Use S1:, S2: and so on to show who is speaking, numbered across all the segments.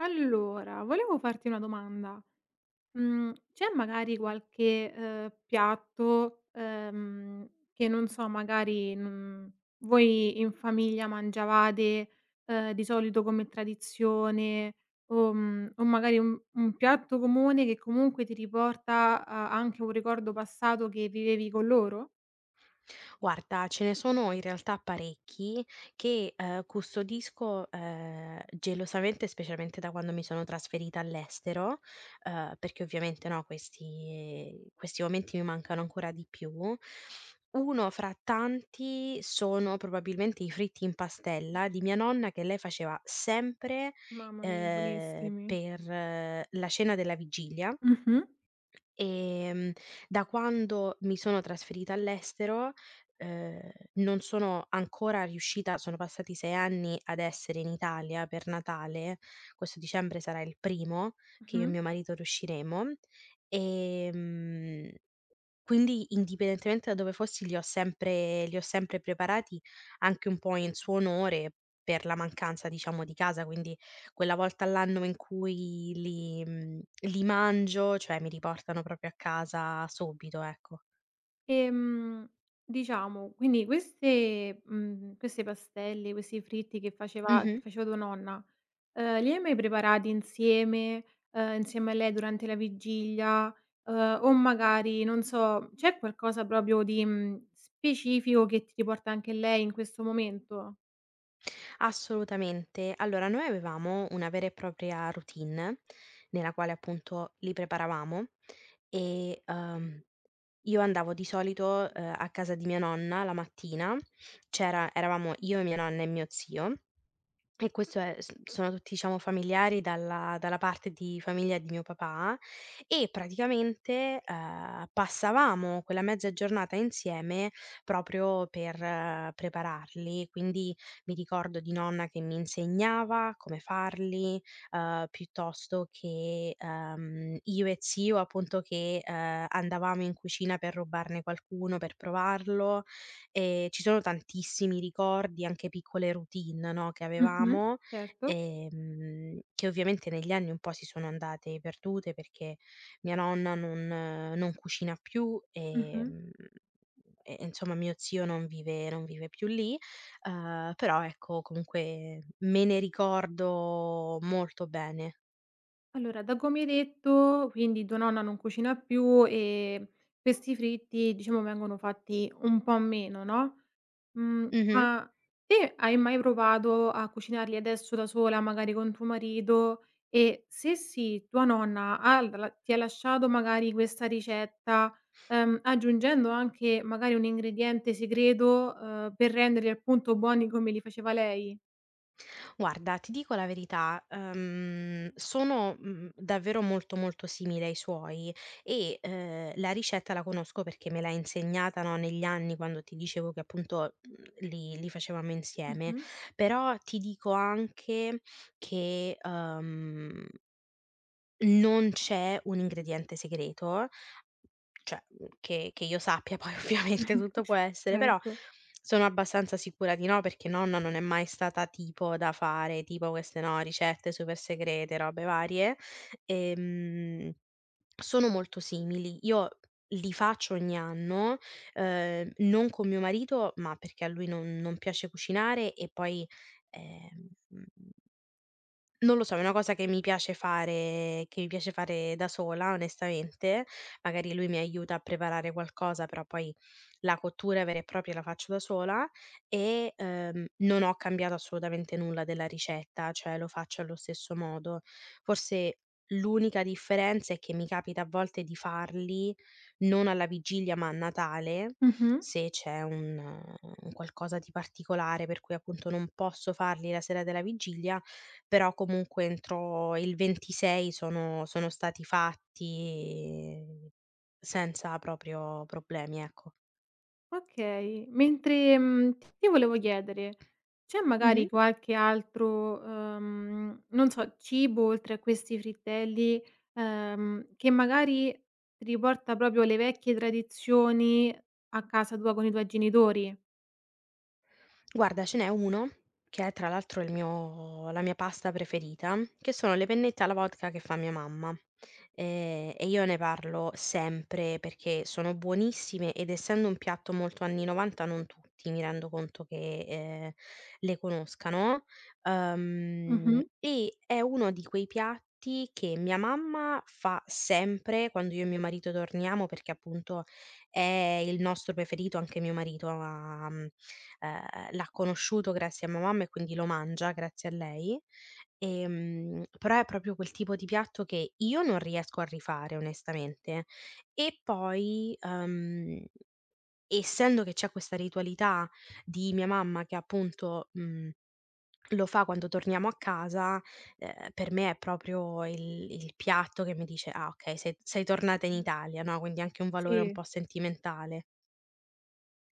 S1: Allora, volevo farti una domanda. C'è magari qualche, piatto, che non so, magari, voi in famiglia mangiavate, di solito come tradizione o o magari un piatto comune che comunque ti riporta a anche un ricordo passato che vivevi con loro?
S2: Guarda, ce ne sono in realtà parecchi che, custodisco, gelosamente, specialmente da quando mi sono trasferita all'estero, perché ovviamente, no, questi momenti mi mancano ancora di più. Uno fra tanti sono probabilmente i fritti in pastella di mia nonna che lei faceva sempre,
S1: Mamma mia, buonissimi.
S2: per la cena della vigilia.
S1: Mh-mh,
S2: Ehm, Da quando mi sono trasferita all'estero, ehm, non sono ancora riuscita, sono passati 6 anni ad essere in Italia per Natale, questo dicembre sarà il primo che io e
S1: mh-mh.
S2: mio marito riusciremo, ehm quindi, indipendentemente da dove fossi, li ho sempre preparati, anche un po' in suo onore, per la mancanza, diciamo, di casa, quindi quella volta all'anno in cui li mangio, cioè mi riportano proprio a casa subito, ecco.
S1: Ehm, diciamo, quindi queste queste pastelle, questi fritti che
S2: Mh-mh.
S1: faceva tua nonna, li hai mai preparati insieme, insieme a lei durante la vigilia, o magari non so, c'è qualcosa proprio di, specifico che ti riporta anche lei in questo momento?
S2: Assolutamente. Allora, noi avevamo una vera e propria routine, nella quale appunto li preparavamo e, uhm Io andavo di solito, a casa di mia nonna la mattina, c'era eravamo io e mia nonna e mio zio, e questo è s sono tutti diciamo familiari dalla parte di famiglia di mio papà e praticamente, passavamo quella mezza giornata insieme proprio per prepararli. Quindi mi ricordo di nonna che mi insegnava come farli, piuttosto che, io e zio appunto che, andavamo in cucina per rubarne qualcuno, per provarlo. Ci sono tantissimi ricordi, anche piccole routine, no, che
S1: Mh-mh,
S2: avevamo,
S1: certo.
S2: che ovviamente negli anni un po' si sono andate perdute perché mia nonna non cucina più,
S1: Mh-mh.
S2: e insomma mio zio non vive più lì, però ecco comunque me ne ricordo molto bene.
S1: Allora, da come hai detto, quindi tua nonna non cucina più e questi fritti, diciamo, vengono fatti un po' meno, no?
S2: Mh-mh.
S1: Ma te hai mai provato a cucinarli adesso da sola, magari con tuo marito? E se sì, tua nonna ha la ti ha lasciato magari questa ricetta, aggiungendo anche magari un ingrediente segreto, per renderli appunto buoni come li faceva lei?
S2: Guarda, ti dico la verità, sono, davvero molto, molto simile ai suoi e, la ricetta la conosco perché me l'ha insegnata, no, negli anni quando ti dicevo che appunto, li facevamo insieme.
S1: Mh-mh.
S2: Però ti dico anche che, non c'è un ingrediente segreto, cioè, che io sappia, poi ovviamente tutto può essere, però
S1: Certo.
S2: sono abbastanza sicura di no, perché nonna non è mai stata tipo da fare, tipo queste, no, ricette super segrete, robe varie. Ehm, Sono molto simili. Io li faccio ogni anno, non con mio marito, ma perché a lui non piace cucinare e poi, ehm non lo so, è una cosa che mi piace fare da sola, onestamente. Magari lui mi aiuta a preparare qualcosa, però poi la cottura vera e propria la faccio da sola e, non ho cambiato assolutamente nulla della ricetta, cioè lo faccio allo stesso modo. Forse l'unica differenza è che mi capita a volte di farli non alla vigilia, ma a Natale,
S1: Mh-mh.
S2: se c'è un qualcosa di particolare per cui appunto non posso farli la sera della vigilia, però comunque entro il 26 sono stati fatti senza proprio problemi, ecco.
S1: Okay, mentre, ti volevo chiedere, c'è
S2: Mh-mh.
S1: magari qualche altro, non so, cibo oltre a questi frittelli, che magari ti riporta proprio le vecchie tradizioni a casa tua con i tuoi genitori?
S2: Guarda, ce n'è uno che è tra l'altro il mio la mia pasta preferita, che sono le pennette alla vodka che fa mia mamma, e io ne parlo sempre perché sono buonissime ed essendo un piatto molto anni '90 non tutti, mi rendo conto, che, le conoscano,
S1: Mh-mh.
S2: e è uno di quei piatti che mia mamma fa sempre quando io e mio marito torniamo, perché appunto è il nostro preferito, anche mio marito ha l'ha conosciuto grazie a mia mamma e quindi lo mangia grazie a lei. Però è proprio quel tipo di piatto che io non riesco a rifare, onestamente. E poi, essendo che c'è questa ritualità di mia mamma che appunto, lo fa quando torniamo a casa, per me è proprio il piatto che mi dice: "Ah okay, sei tornata in Italia", no, quindi anche un valore un
S1: Sì,
S2: po' sentimentale.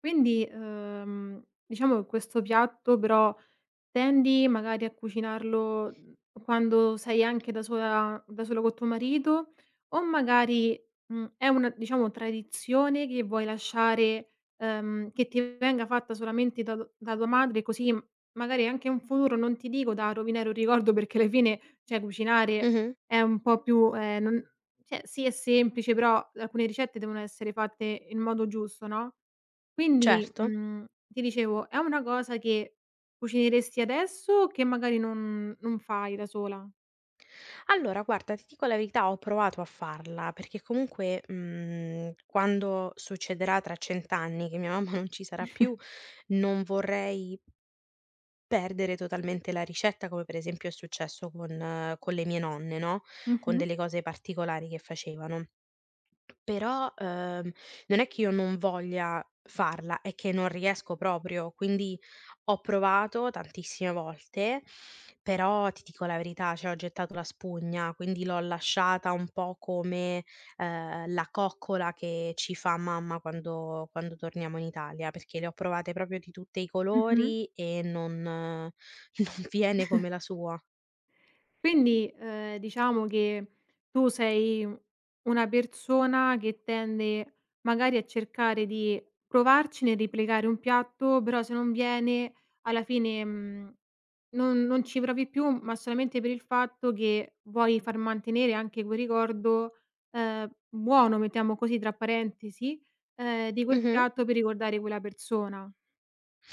S1: quindi, diciamo che questo piatto però tendi magari a cucinarlo, quando sei anche da sola col tuo marito o magari, è una, diciamo, tradizione che vuoi lasciare, che ti venga fatta solamente da tu da tua madre, così m magari anche in futuro, non ti dico da rovinare un ricordo, perché alla fine, cioè, cucinare
S2: Mh-mh,
S1: è un po' più, non cioè sì è semplice, però alcune ricette devono essere fatte in modo giusto, no? Quindi,
S2: certo.
S1: ti dicevo, è una cosa che cucineresti adesso che magari non fai da sola?
S2: Allora guarda, ti dico la verità, ho provato a farla, perché comunque, quando succederà tra 100 anni che mia mamma non ci sarà più, non vorrei perdere totalmente la ricetta, come per esempio è successo con le mie nonne, no, con
S1: Mh-mh.
S2: delle cose particolari che facevano. Però, non è che io non voglia farla, è che non riesco proprio. Quindi ho provato tantissime volte, però ti dico la verità, cioè ho gettato la spugna, quindi l'ho lasciata un po' come, la coccola che ci fa mamma quando torniamo in Italia, perché le ho provate proprio di tutti i
S1: Mh-mh.
S2: colori e non non viene come la sua.
S1: Quindi, diciamo che tu sei una persona che tende magari a cercare di provarci nel replicare un piatto, però se non viene alla fine, mhmm non ci provi più, ma solamente per il fatto che vuoi far mantenere anche quel ricordo, "buono", mettiamo così tra parentesi, di quel
S2: Mh-mh.
S1: piatto per ricordare quella persona.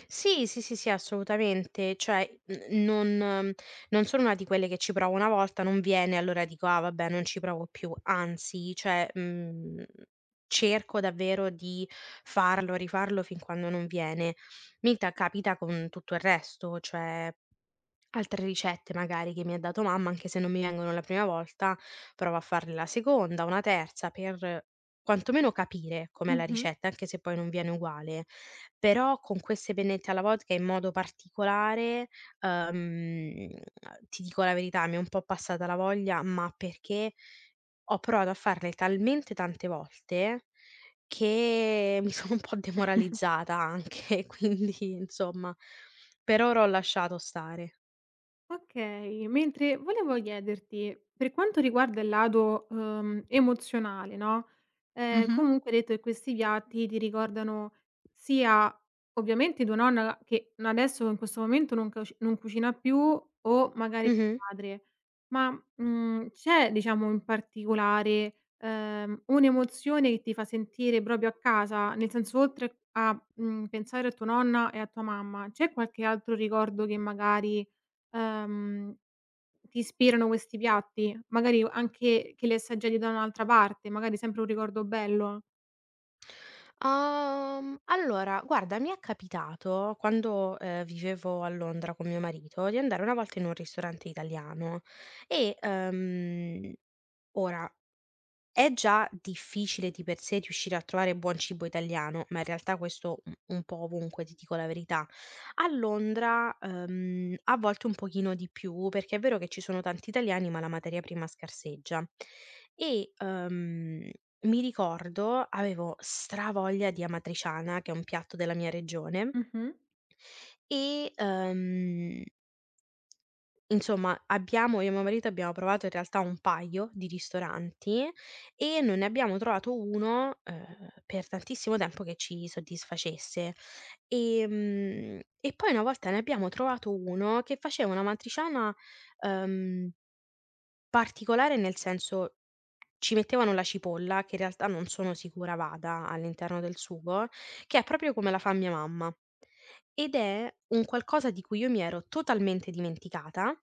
S2: Sì, sì, sì, sì, assolutamente. Cioè, n non mhmm, non sono una di quelle che ci provo una volta, non viene, allora dico: "Ah vabbè, non ci provo più." Anzi, cioè, cerco davvero di farlo, rifarlo fin quando non viene. Mita capita con tutto il resto, cioè altre ricette magari che mi ha dato mamma, anche se non mi vengono la prima volta, provo a farne la seconda, una terza, per quantomeno capire com'è la
S1: Mh-mh.
S2: ricetta, anche se poi non viene uguale. Però con queste pennette alla vodka in modo particolare, ehm, ti dico la verità, mi è un po' passata la voglia, ma perché ho provato a farle talmente tante volte che mi sono un po' demoralizzata anche, quindi insomma, per ora ho lasciato stare.
S1: Okay, mentre volevo chiederti, per quanto riguarda il lato, emozionale, no,
S2: Mh-mh.
S1: comunque hai detto che questi piatti ti ricordano sia ovviamente tua nonna che n adesso in questo momento non cucina più o magari
S2: Mh-mh.
S1: tuo padre, ma, c'è diciamo in particolare, un'emozione che ti fa sentire proprio a casa? Nel senso oltre a, pensare a tua nonna e a tua mamma, c'è qualche altro ricordo che magari Ehm, ti ispirano questi piatti, magari anche che li assaggiati da un'altra parte, magari sempre un ricordo bello.
S2: Allora guarda, mi è capitato quando, vivevo a Londra con mio marito, di andare una volta in un ristorante italiano e, ora è già difficile di per sé riuscire a trovare buon cibo italiano, ma in realtà questo un po' ovunque, ti dico la verità. A Londra, a volte un pochino di più, perché è vero che ci sono tanti italiani, ma la materia prima scarseggia. E, mi ricordo avevo stravoglia di amatriciana, che è un piatto della mia regione,
S1: Mh-mh.
S2: e, insomma, abbiamo io e mio marito abbiamo provato in realtà un paio di ristoranti e non ne abbiamo trovato uno, per tantissimo tempo, che ci soddisfacesse. E poi una volta ne abbiamo trovato uno che faceva una matriciana, ehm, particolare, nel senso ci mettevano la cipolla, che in realtà non sono sicura vada all'interno del sugo, che è proprio come la fa mia mamma. Ed è un qualcosa di cui io mi ero totalmente dimenticata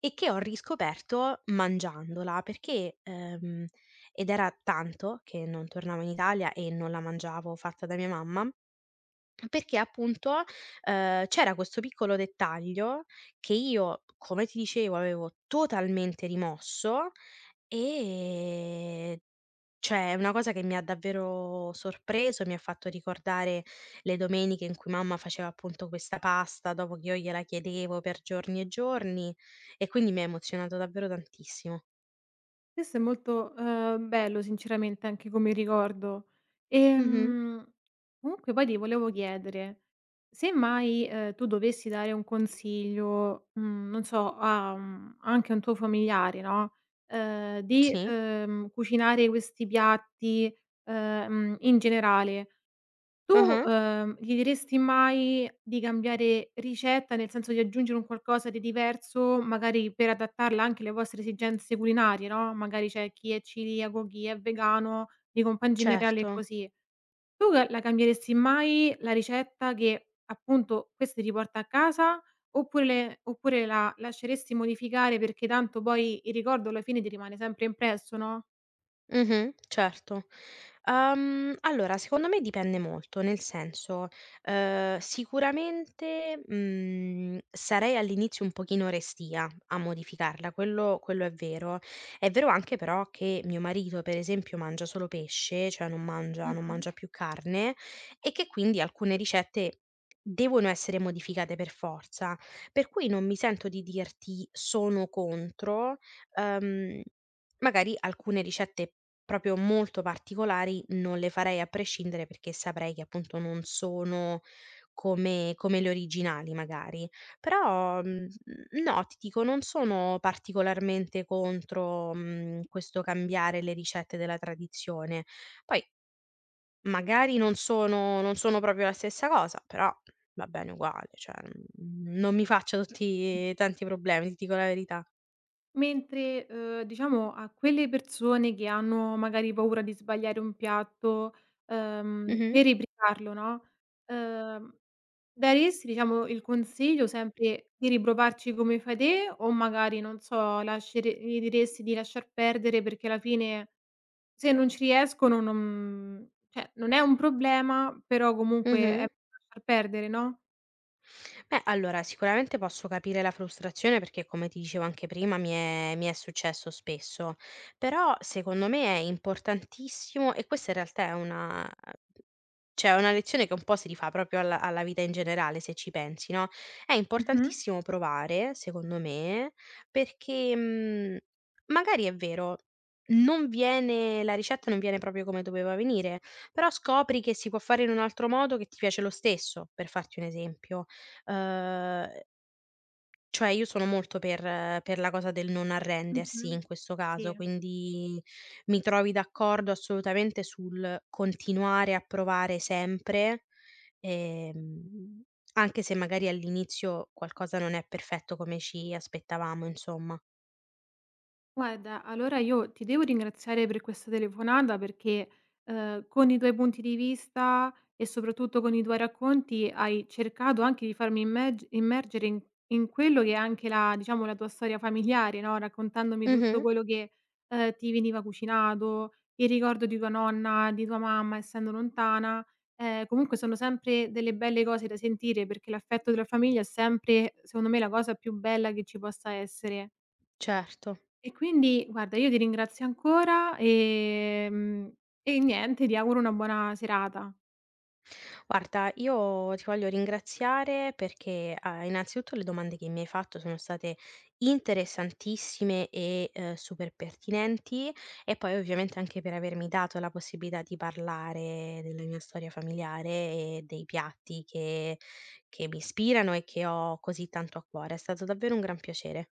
S2: e che ho riscoperto mangiandola, perché ed era tanto che non tornavo in Italia e non la mangiavo fatta da mia mamma, perché appunto, c'era questo piccolo dettaglio che io, come ti dicevo, avevo totalmente rimosso e cioè, è una cosa che mi ha davvero sorpreso, mi ha fatto ricordare le domeniche in cui mamma faceva appunto questa pasta dopo che io gliela chiedevo per giorni e giorni, e quindi mi ha emozionato davvero tantissimo.
S1: Questo è molto, bello sinceramente anche come ricordo.
S2: Mh-mh.
S1: Ehm, Comunque poi ti volevo chiedere, se mai, tu dovessi dare un consiglio, non so a un anche a un tuo familiare, no, di,
S2: Sì.
S1: cucinare questi piatti, in generale, tu,
S2: Ah-ah.
S1: gli diresti mai di cambiare ricetta, nel senso di aggiungere un qualcosa di diverso, magari per adattarla anche alle vostre esigenze culinarie, no, magari c'è chi è celiaco, chi è vegano, di riali e
S2: Certo.
S1: così. Tu ca La cambieresti mai la ricetta che appunto questa ti porta a casa, oppure le oppure la lasceresti modificare perché tanto poi il ricordo alla fine ti rimane sempre impresso, no?
S2: Mh-mh, certo. Allora secondo me dipende molto, nel senso, sicuramente, sarei all'inizio un pochino restia a modificarla, quello è vero. È vero anche però che mio marito, per esempio, mangia solo pesce, cioè non mangia non
S1: Mh-mh.
S2: mangia più carne e che quindi alcune ricette devono essere modificate per forza, per cui non mi sento di dirti sono contro. Uhm, magari alcune ricette proprio molto particolari non le farei a prescindere, perché saprei che appunto non sono come le originali magari. Però, no, ti dico, non sono particolarmente contro, questo cambiare le ricette della tradizione. Poi magari non sono proprio la stessa cosa, però va bene uguale, cioè, non mi faccio tutti tanti problemi, ti dico la verità.
S1: Mentre, diciamo a quelle persone che hanno magari paura di sbagliare un piatto,
S2: Mh-mh.
S1: per riprepararlo, no, ehm, daresti diciamo il consiglio sempre di riprovarci come fai te o magari, non so, lascere gli diresti di lasciar perdere perché alla fine se non ci riescono non cioè non è un problema, però comunque è
S2: Mh-mh.
S1: lasciar perdere, no?
S2: Beh, allora sicuramente posso capire la frustrazione, perché come ti dicevo anche prima mi è successo spesso, però secondo me è importantissimo, e questa in realtà è una, cioè è una lezione che un po' si rifà proprio alla vita in generale se ci pensi, no, è
S1: Mh-mh,
S2: importantissimo provare, secondo me, perché, magari è vero, non viene proprio come doveva venire, però scopri che si può fare in un altro modo che ti piace lo stesso, per farti un esempio. Uhm, cioè io sono molto per la cosa del non arrendersi
S1: mh-mh.
S2: in questo
S1: Sì.
S2: caso, quindi mi trovi d'accordo assolutamente sul continuare a provare sempre, ehm, anche se magari all'inizio qualcosa non è perfetto come ci aspettavamo, insomma.
S1: Guarda, allora io ti devo ringraziare per questa telefonata perché con i tuoi punti di vista e soprattutto con i tuoi racconti hai cercato anche di farmi immergere in quello che è anche la, diciamo, la tua storia familiare, no? Raccontandomi tutto
S2: Mh-mh,
S1: quello che ti veniva cucinato, il ricordo di tua nonna, di tua mamma, essendo lontana. Comunque sono sempre delle belle cose da sentire perché l'affetto della famiglia è sempre, secondo me, la cosa più bella che ci possa essere.
S2: certo.
S1: E quindi guarda io ti ringrazio ancora, e niente, ti auguro una buona serata.
S2: Guarda, io ti voglio ringraziare perché, ah, innanzitutto le domande che mi hai fatto sono state interessantissime e, super pertinenti, e poi ovviamente anche per avermi dato la possibilità di parlare della mia storia familiare e dei piatti che mi ispirano e che ho così tanto a cuore. È stato davvero un gran piacere.